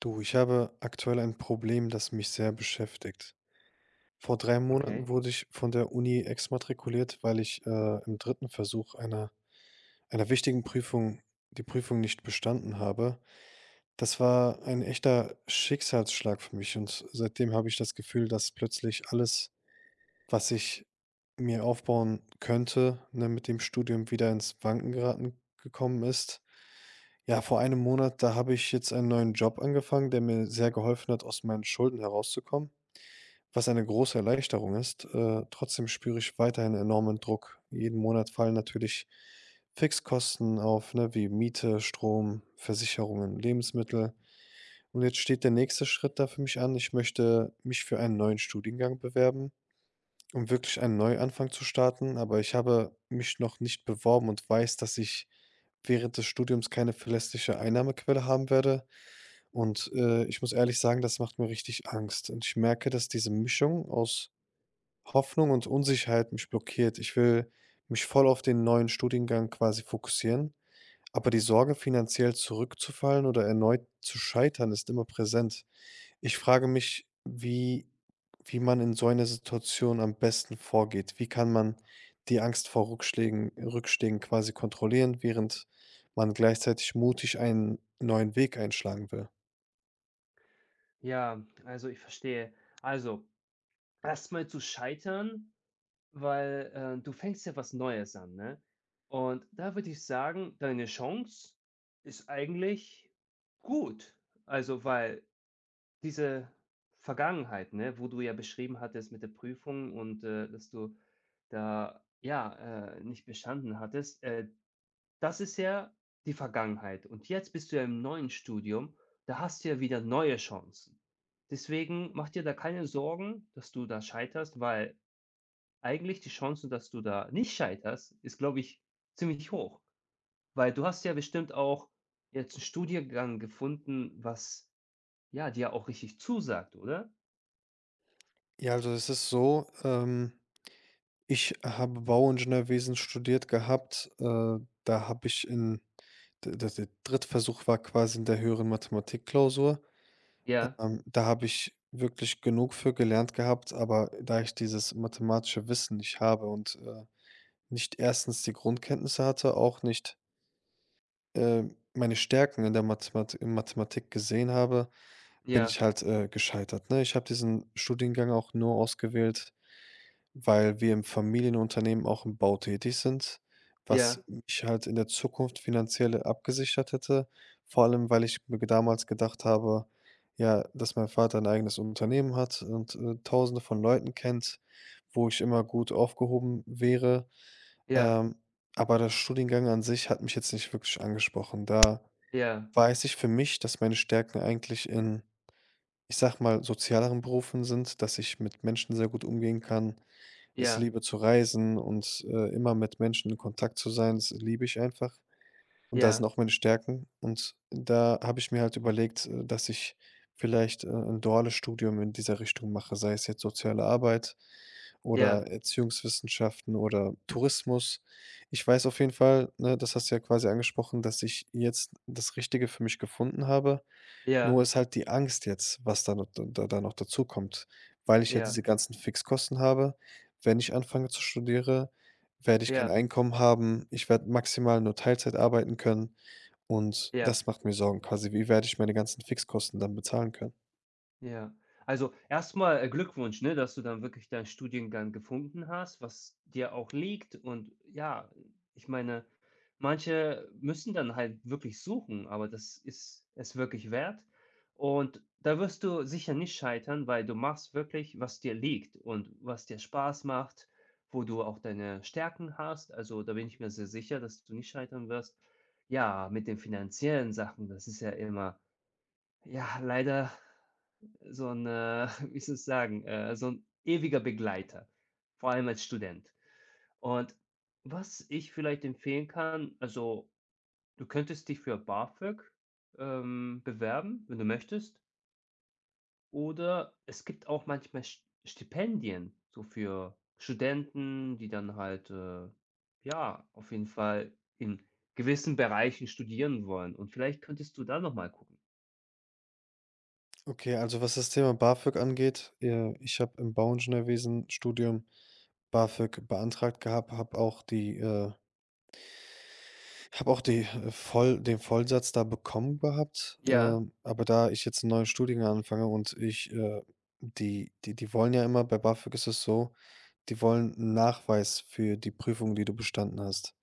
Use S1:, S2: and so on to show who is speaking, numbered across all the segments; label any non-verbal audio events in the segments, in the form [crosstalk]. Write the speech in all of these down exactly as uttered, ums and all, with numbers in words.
S1: Du, ich habe aktuell ein Problem, das mich sehr beschäftigt. Vor drei Monaten
S2: Okay.
S1: wurde ich von der Uni exmatrikuliert, weil ich äh, im dritten Versuch einer, einer wichtigen Prüfung die Prüfung nicht bestanden habe. Das war ein echter Schicksalsschlag für mich und seitdem habe ich das Gefühl, dass plötzlich alles, was ich mir aufbauen könnte, ne, mit dem Studium wieder ins Wanken geraten gekommen ist. Ja, vor einem Monat, da habe ich jetzt einen neuen Job angefangen, der mir sehr geholfen hat, aus meinen Schulden herauszukommen, was eine große Erleichterung ist. Äh, trotzdem spüre ich weiterhin enormen Druck. Jeden Monat fallen natürlich Fixkosten auf, ne, wie Miete, Strom, Versicherungen, Lebensmittel. Und jetzt steht der nächste Schritt da für mich an. Ich möchte mich für einen neuen Studiengang bewerben, um wirklich einen Neuanfang zu starten, aber ich habe mich noch nicht beworben und weiß, dass ich während des Studiums keine verlässliche Einnahmequelle haben werde. Und äh, ich muss ehrlich sagen, das macht mir richtig Angst. Und ich merke, dass diese Mischung aus Hoffnung und Unsicherheit mich blockiert. Ich will mich voll auf den neuen Studiengang quasi fokussieren, aber die Sorge, finanziell zurückzufallen oder erneut zu scheitern, ist immer präsent. Ich frage mich, wie wie man in so einer Situation am besten vorgeht. Wie kann man die Angst vor Rückschlägen Rückschlägen quasi kontrollieren, während man gleichzeitig mutig einen neuen Weg einschlagen will?
S2: Ja, also ich verstehe. Also, erstmal zu scheitern, weil, äh, du fängst ja was Neues an, ne? Und da würde ich sagen, deine Chance ist eigentlich gut. Also, weil diese Vergangenheit, ne, wo du ja beschrieben hattest mit der Prüfung und, äh, dass du da, ja, äh, nicht bestanden hattest, äh, das ist ja die Vergangenheit. Und jetzt bist du ja im neuen Studium, da hast du ja wieder neue Chancen. Deswegen mach dir da keine Sorgen, dass du da scheiterst, weil eigentlich die Chance, dass du da nicht scheiterst, ist, glaube ich, ziemlich hoch. Weil du hast ja bestimmt auch jetzt einen Studiengang gefunden, was ja dir auch richtig zusagt, oder?
S1: Ja, also es ist so, ähm, ich habe Bauingenieurwesen studiert gehabt. Äh, da habe ich in der d der Drittversuch war quasi in der höheren Mathematikklausur.
S2: Ja,
S1: Ähm, da habe ich wirklich genug für gelernt gehabt, aber da ich dieses mathematische Wissen nicht habe und äh, nicht erstens die Grundkenntnisse hatte, auch nicht, äh, meine Stärken in der Mathemat in Mathematik gesehen habe, bin ich
S2: ja,
S1: halt, äh, gescheitert, ne? Ich habe diesen Studiengang auch nur ausgewählt, weil wir im Familienunternehmen auch im Bau tätig sind, was
S2: ja,
S1: mich halt in der Zukunft finanziell abgesichert hätte. Vor allem, weil ich mir damals gedacht habe, ja, dass mein Vater ein eigenes Unternehmen hat und äh, Tausende von Leuten kennt, wo ich immer gut aufgehoben wäre.
S2: ja,
S1: Ähm, aber der Studiengang an sich hat mich jetzt nicht wirklich angesprochen. Da
S2: ja,
S1: weiß ich für mich, dass meine Stärken eigentlich in, ich sag mal, sozialeren Berufen sind, dass ich mit Menschen sehr gut umgehen kann. Es
S2: ja,
S1: liebe zu reisen und, äh, immer mit Menschen in Kontakt zu sein, das liebe ich einfach. Und da sind
S2: ja,
S1: auch meine Stärken. Und da habe ich mir halt überlegt, äh, dass ich vielleicht, äh, 'n duales Studium in dieser Richtung mache, sei es jetzt soziale Arbeit oder
S2: ja,
S1: Erziehungswissenschaften oder Tourismus. Ich weiß auf jeden Fall, ne, das hast du ja quasi angesprochen, dass ich jetzt das Richtige für mich gefunden habe. Nur
S2: ja,
S1: ist halt die Angst jetzt, was da noch da da noch dazukommt, weil ich ja
S2: ja,
S1: diese ganzen Fixkosten habe. Wenn ich anfange zu studiere, werde ich kein
S2: ja,
S1: Einkommen haben. Ich werde maximal nur Teilzeit arbeiten können und
S2: ja.
S1: das macht mir Sorgen quasi. Wie werde ich meine ganzen Fixkosten dann bezahlen können?
S2: Ja. Also, erstmal äh, Glückwunsch, ne, dass du dann wirklich deinen Studiengang gefunden hast, was dir auch liegt, und ja, ich meine, manche müssen dann halt wirklich suchen, aber das ist es wirklich wert, und da wirst du sicher nicht scheitern, weil du machst wirklich, was dir liegt und was dir Spaß macht, wo du auch deine Stärken hast. Also, da bin ich mir sehr sicher, dass du nicht scheitern wirst. Ja, mit den finanziellen Sachen, das ist ja immer, ja, leider so ein äh, [laughs] wie soll ich sagen, äh, so ein ewiger Begleiter, vor allem als Student. Und was ich vielleicht empfehlen kann, also, du könntest dich für BAföG, ähm, bewerben, wenn du möchtest, oder es gibt auch manchmal St Stipendien, so für Studenten, die dann halt, äh, ja, auf jeden Fall in gewissen Bereichen studieren wollen, und vielleicht könntest du da noch mal gucken.
S1: Okay, also was das Thema BAföG angeht, äh, ich habe im Bauingenieurwesen-Studium BAföG beantragt gehabt, habe auch die, äh Ich Habe auch die, äh, voll den Vollsatz da bekommen gehabt,
S2: Ja,
S1: ähm, aber da ich jetzt einen neuen Studiengang anfange und ich, äh die die die wollen ja immer bei BAföG ist es so, die wollen 'n Nachweis für die Prüfung, die du bestanden hast.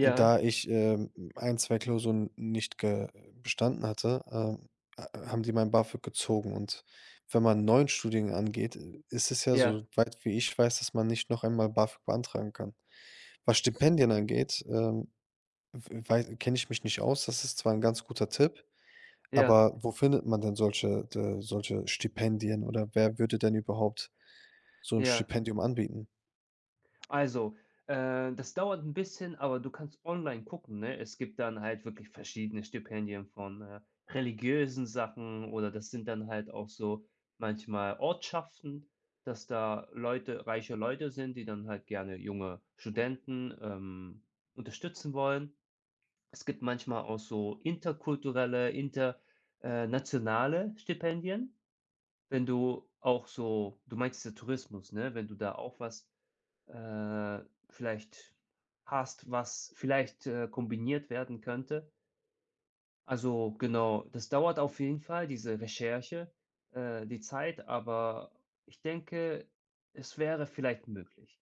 S1: Und da ich, ähm, eine, zwei Klausuren nicht ge bestanden hatte, ähm, ha haben die mein BAföG gezogen und wenn man 'n neuen Studiengang angeht, äh, ist es ja,
S2: ja.
S1: so weit wie ich weiß, dass man nicht noch einmal BAföG beantragen kann. Was Stipendien angeht, ähm kenne ich mich nicht aus. Das ist zwar ein ganz guter Tipp,
S2: Ja,
S1: aber wo findet man denn solche d solche Stipendien oder wer würde denn überhaupt so ein
S2: ja.
S1: Stipendium anbieten?
S2: Also, äh, das dauert ein bisschen, aber du kannst online gucken, ne? Es gibt dann halt wirklich verschiedene Stipendien von, äh, religiösen Sachen, oder das sind dann halt auch so manchmal Ortschaften, dass da Leute, reiche Leute sind, die dann halt gerne junge Studenten, ähm, unterstützen wollen. Es gibt manchmal auch so interkulturelle, internationale Stipendien. Wenn du auch so, du meinst ja Tourismus, ne? Wenn du da auch was äh, vielleicht hast, was vielleicht, äh, kombiniert werden könnte. Also, genau, das dauert auf jeden Fall, diese Recherche, äh, die Zeit, aber ich denke, es wäre vielleicht möglich.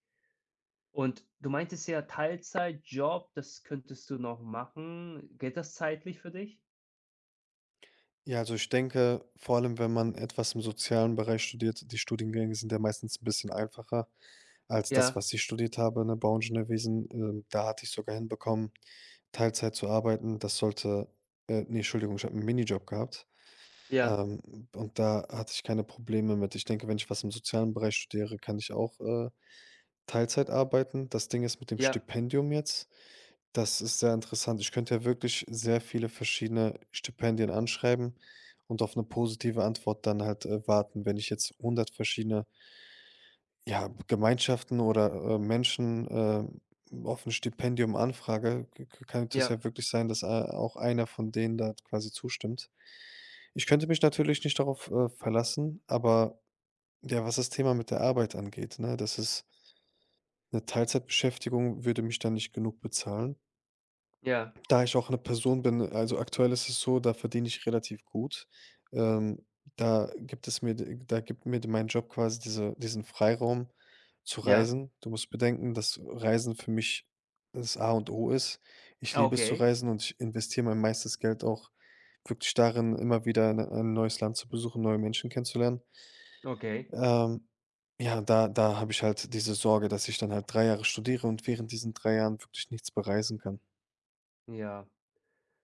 S2: Und du meintest ja Teilzeitjob, das könntest du noch machen. Geht das zeitlich für dich?
S1: Ja, also ich denke, vor allem, wenn man etwas im sozialen Bereich studiert, die Studiengänge sind ja meistens ein bisschen einfacher als das,
S2: Ja,
S1: was ich studiert habe, ne, Bauingenieurwesen. Ähm, da hatte ich sogar hinbekommen, Teilzeit zu arbeiten. Das sollte, äh, ne, Entschuldigung, ich habe einen Minijob gehabt.
S2: ja,
S1: Ähm, und da hatte ich keine Probleme mit. Ich denke, wenn ich was im sozialen Bereich studiere, kann ich auch, äh, Teilzeit arbeiten. Das Ding ist mit dem
S2: ja,
S1: Stipendium jetzt, das ist sehr interessant. Ich könnte ja wirklich sehr viele verschiedene Stipendien anschreiben und auf eine positive Antwort dann halt, äh, warten. Wenn ich jetzt hundert verschiedene, ja, Gemeinschaften oder, äh, Menschen, ähm, auf 'n Stipendium anfrage, k k könnte es
S2: ja,
S1: ja wirklich sein, dass, äh, auch einer von denen da quasi zustimmt. Ich könnte mich natürlich nicht darauf, äh, verlassen, aber ja, was das Thema mit der Arbeit angeht, ne, das ist, eine Teilzeitbeschäftigung würde mich da nicht genug bezahlen.
S2: ja,
S1: Da ich auch eine Person bin, also, aktuell ist es so, da verdiene ich relativ gut. Ähm, da gibt es mir d da gibt mir mein Job quasi diese diesen Freiraum zu
S2: ja.
S1: reisen. Du musst bedenken, dass Reisen für mich das A und O ist. Ich
S2: Ah,
S1: liebe es zu
S2: okay,
S1: reisen und ich investiere mein meistes Geld auch wirklich darin, immer wieder ein ein neues Land zu besuchen, neue Menschen kennenzulernen.
S2: okay,
S1: Ähm, ja, da da habe ich halt diese Sorge, dass ich dann halt drei Jahre studiere und während diesen drei Jahren wirklich nichts bereisen kann.
S2: ja.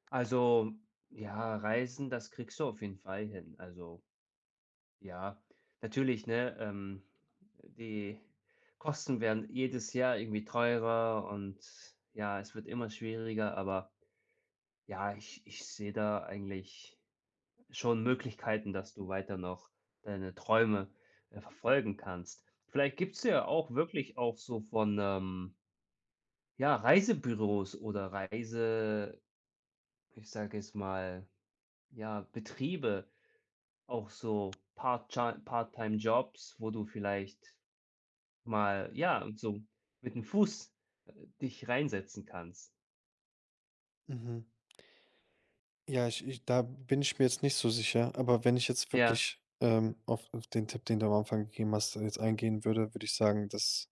S2: Also, ja, Reisen, das kriegst du auf jeden Fall hin. Also ja, natürlich, ne? Ähm, die Kosten werden jedes Jahr irgendwie teurer, und ja, es wird immer schwieriger, aber ja, ich, ich sehe da eigentlich schon Möglichkeiten, dass du weiter noch deine Träume äh, verfolgen kannst. Vielleicht gibt es ja auch wirklich auch so von ähm, ja, Reisebüros oder Reise, ich sage jetzt mal, ja, Betriebe, auch so Part-Time- Part-Time-Jobs, wo du vielleicht mal, ja, und so mit dem Fuß, äh, dich reinsetzen kannst.
S1: Mhm. Ja, ich ich da bin ich mir jetzt nicht so sicher, aber wenn ich jetzt
S2: Ja,
S1: wirklich, ähm, auf auf den Tipp, den du am Anfang gegeben hast, jetzt eingehen würde, würde ich sagen, das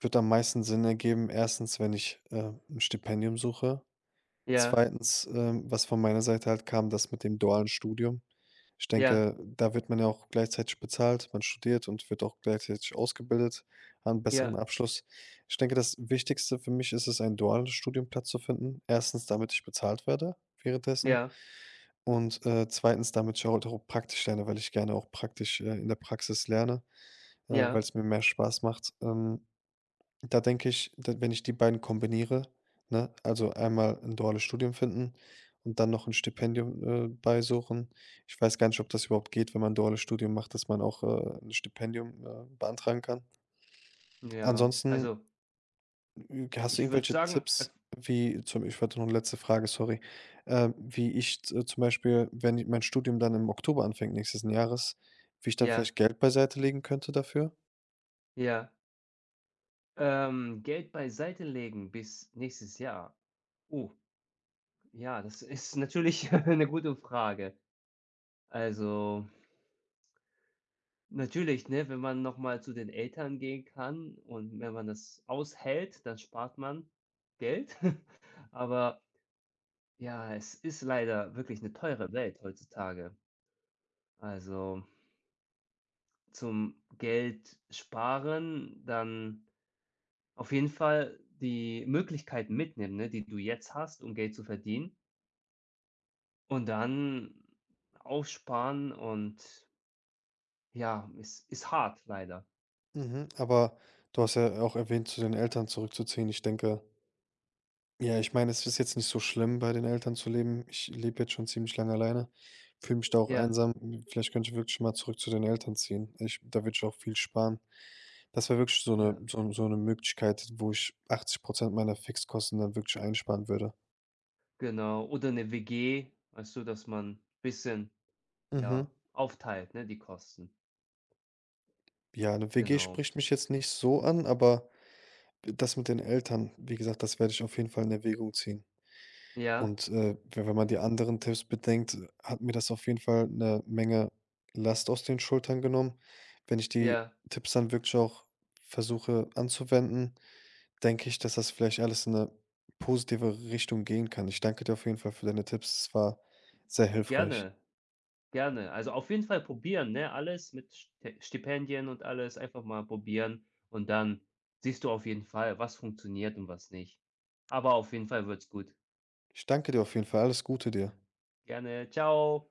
S1: wird am meisten Sinn ergeben. Erstens, wenn ich, äh, 'n Stipendium suche.
S2: ja,
S1: Zweitens, ähm, was von meiner Seite halt kam, das mit dem dualen Studium. Ich
S2: ja,
S1: denke, da wird man ja auch gleichzeitig bezahlt. Man studiert und wird auch gleichzeitig ausgebildet, an besseren
S2: ja,
S1: Abschluss. Ich denke, das Wichtigste für mich ist es, einen dualen Studienplatz zu finden. Erstens, damit ich bezahlt werde währenddessen
S2: ja,
S1: und, äh, zweitens., damit ich halt auch praktisch lerne, weil ich gerne auch praktisch, äh, in der Praxis lerne, äh, weil
S2: ja,
S1: es mir mehr Spaß macht. Ähm da denke ich, da wenn ich die beiden kombiniere, ne, also einmal ein duales Studium finden und dann noch ein Stipendium, äh, beisuchen. Ich weiß gar nicht, ob das überhaupt geht, wenn man 'n duales Studium macht, dass man auch, äh, 'n Stipendium, äh, beantragen kann.
S2: ja.
S1: Ansonsten,
S2: Also,
S1: hm, hast du
S2: ich würde
S1: irgendwelche
S2: sagen,
S1: Tipps,
S2: ef
S1: wie zum ich wollte noch eine letzte Frage, sorry. Ähm, wie ich z äh, zum Beispiel, wenn i mein Studium dann im Oktober anfängt nächsten Jahres, wie ich dann
S2: ja,
S1: vielleicht Geld beiseite legen könnte dafür?
S2: ja, ähm, Geld beiseite legen bis nächstes Jahr. Oh, ja, das ist natürlich [laughs] eine gute Frage. Also, natürlich, ne, wenn man noch mal zu den Eltern gehen kann und wenn man das aushält, dann spart man Geld. [laughs] Aber ja, es ist leider wirklich eine teure Welt heutzutage. Also, zum Geld sparen, dann auf jeden Fall die Möglichkeiten mitnehmen, ne, die du jetzt hast, um Geld zu verdienen, und dann aufsparen, und ja, es ist hart leider.
S1: Mhm. Aber du hast ja auch erwähnt, zu den Eltern zurückzuziehen. Ich denke. Ja, ich meine, es ist jetzt nicht so schlimm, bei den Eltern zu leben. Ich lebe jetzt schon ziemlich lange alleine, fühle mich da auch
S2: Ja,
S1: einsam. Hm, Vielleicht könnte ich wirklich mal zurück zu den Eltern ziehen. Ich, da würde ich auch viel sparen. Das wäre wirklich so eine,
S2: ja,
S1: so, so eine Möglichkeit, wo ich achtzig Prozent meiner Fixkosten dann wirklich einsparen würde.
S2: genau. Oder 'ne W G, weißt du, dass man ein bisschen,
S1: Mhm.
S2: ja, aufteilt, ne, die Kosten.
S1: Ja, eine W G
S2: Genau.
S1: spricht mich jetzt nicht so an, aber das mit den Eltern, wie gesagt, das werde ich auf jeden Fall in Erwägung ziehen.
S2: Ja,
S1: Und, äh, we wenn man die
S2: okay.
S1: anderen Tipps bedenkt, hat mir das auf jeden Fall eine Menge Last aus den Schultern genommen. Wenn ich die
S2: Ja,
S1: Tipps dann wirklich auch versuche anzuwenden, denke ich, dass das vielleicht alles in eine positive Richtung gehen kann. Ich danke dir auf jeden Fall für deine Tipps. Es war sehr hilfreich.
S2: gerne. Gerne. Also auf jeden Fall probieren, ne? Alles mit Ste Stipendien und alles einfach mal probieren, und dann siehst du auf jeden Fall, was funktioniert und was nicht. Aber auf jeden Fall wird's gut.
S1: Ich danke dir auf jeden Fall. Alles Gute dir.
S2: Gerne. Ciao.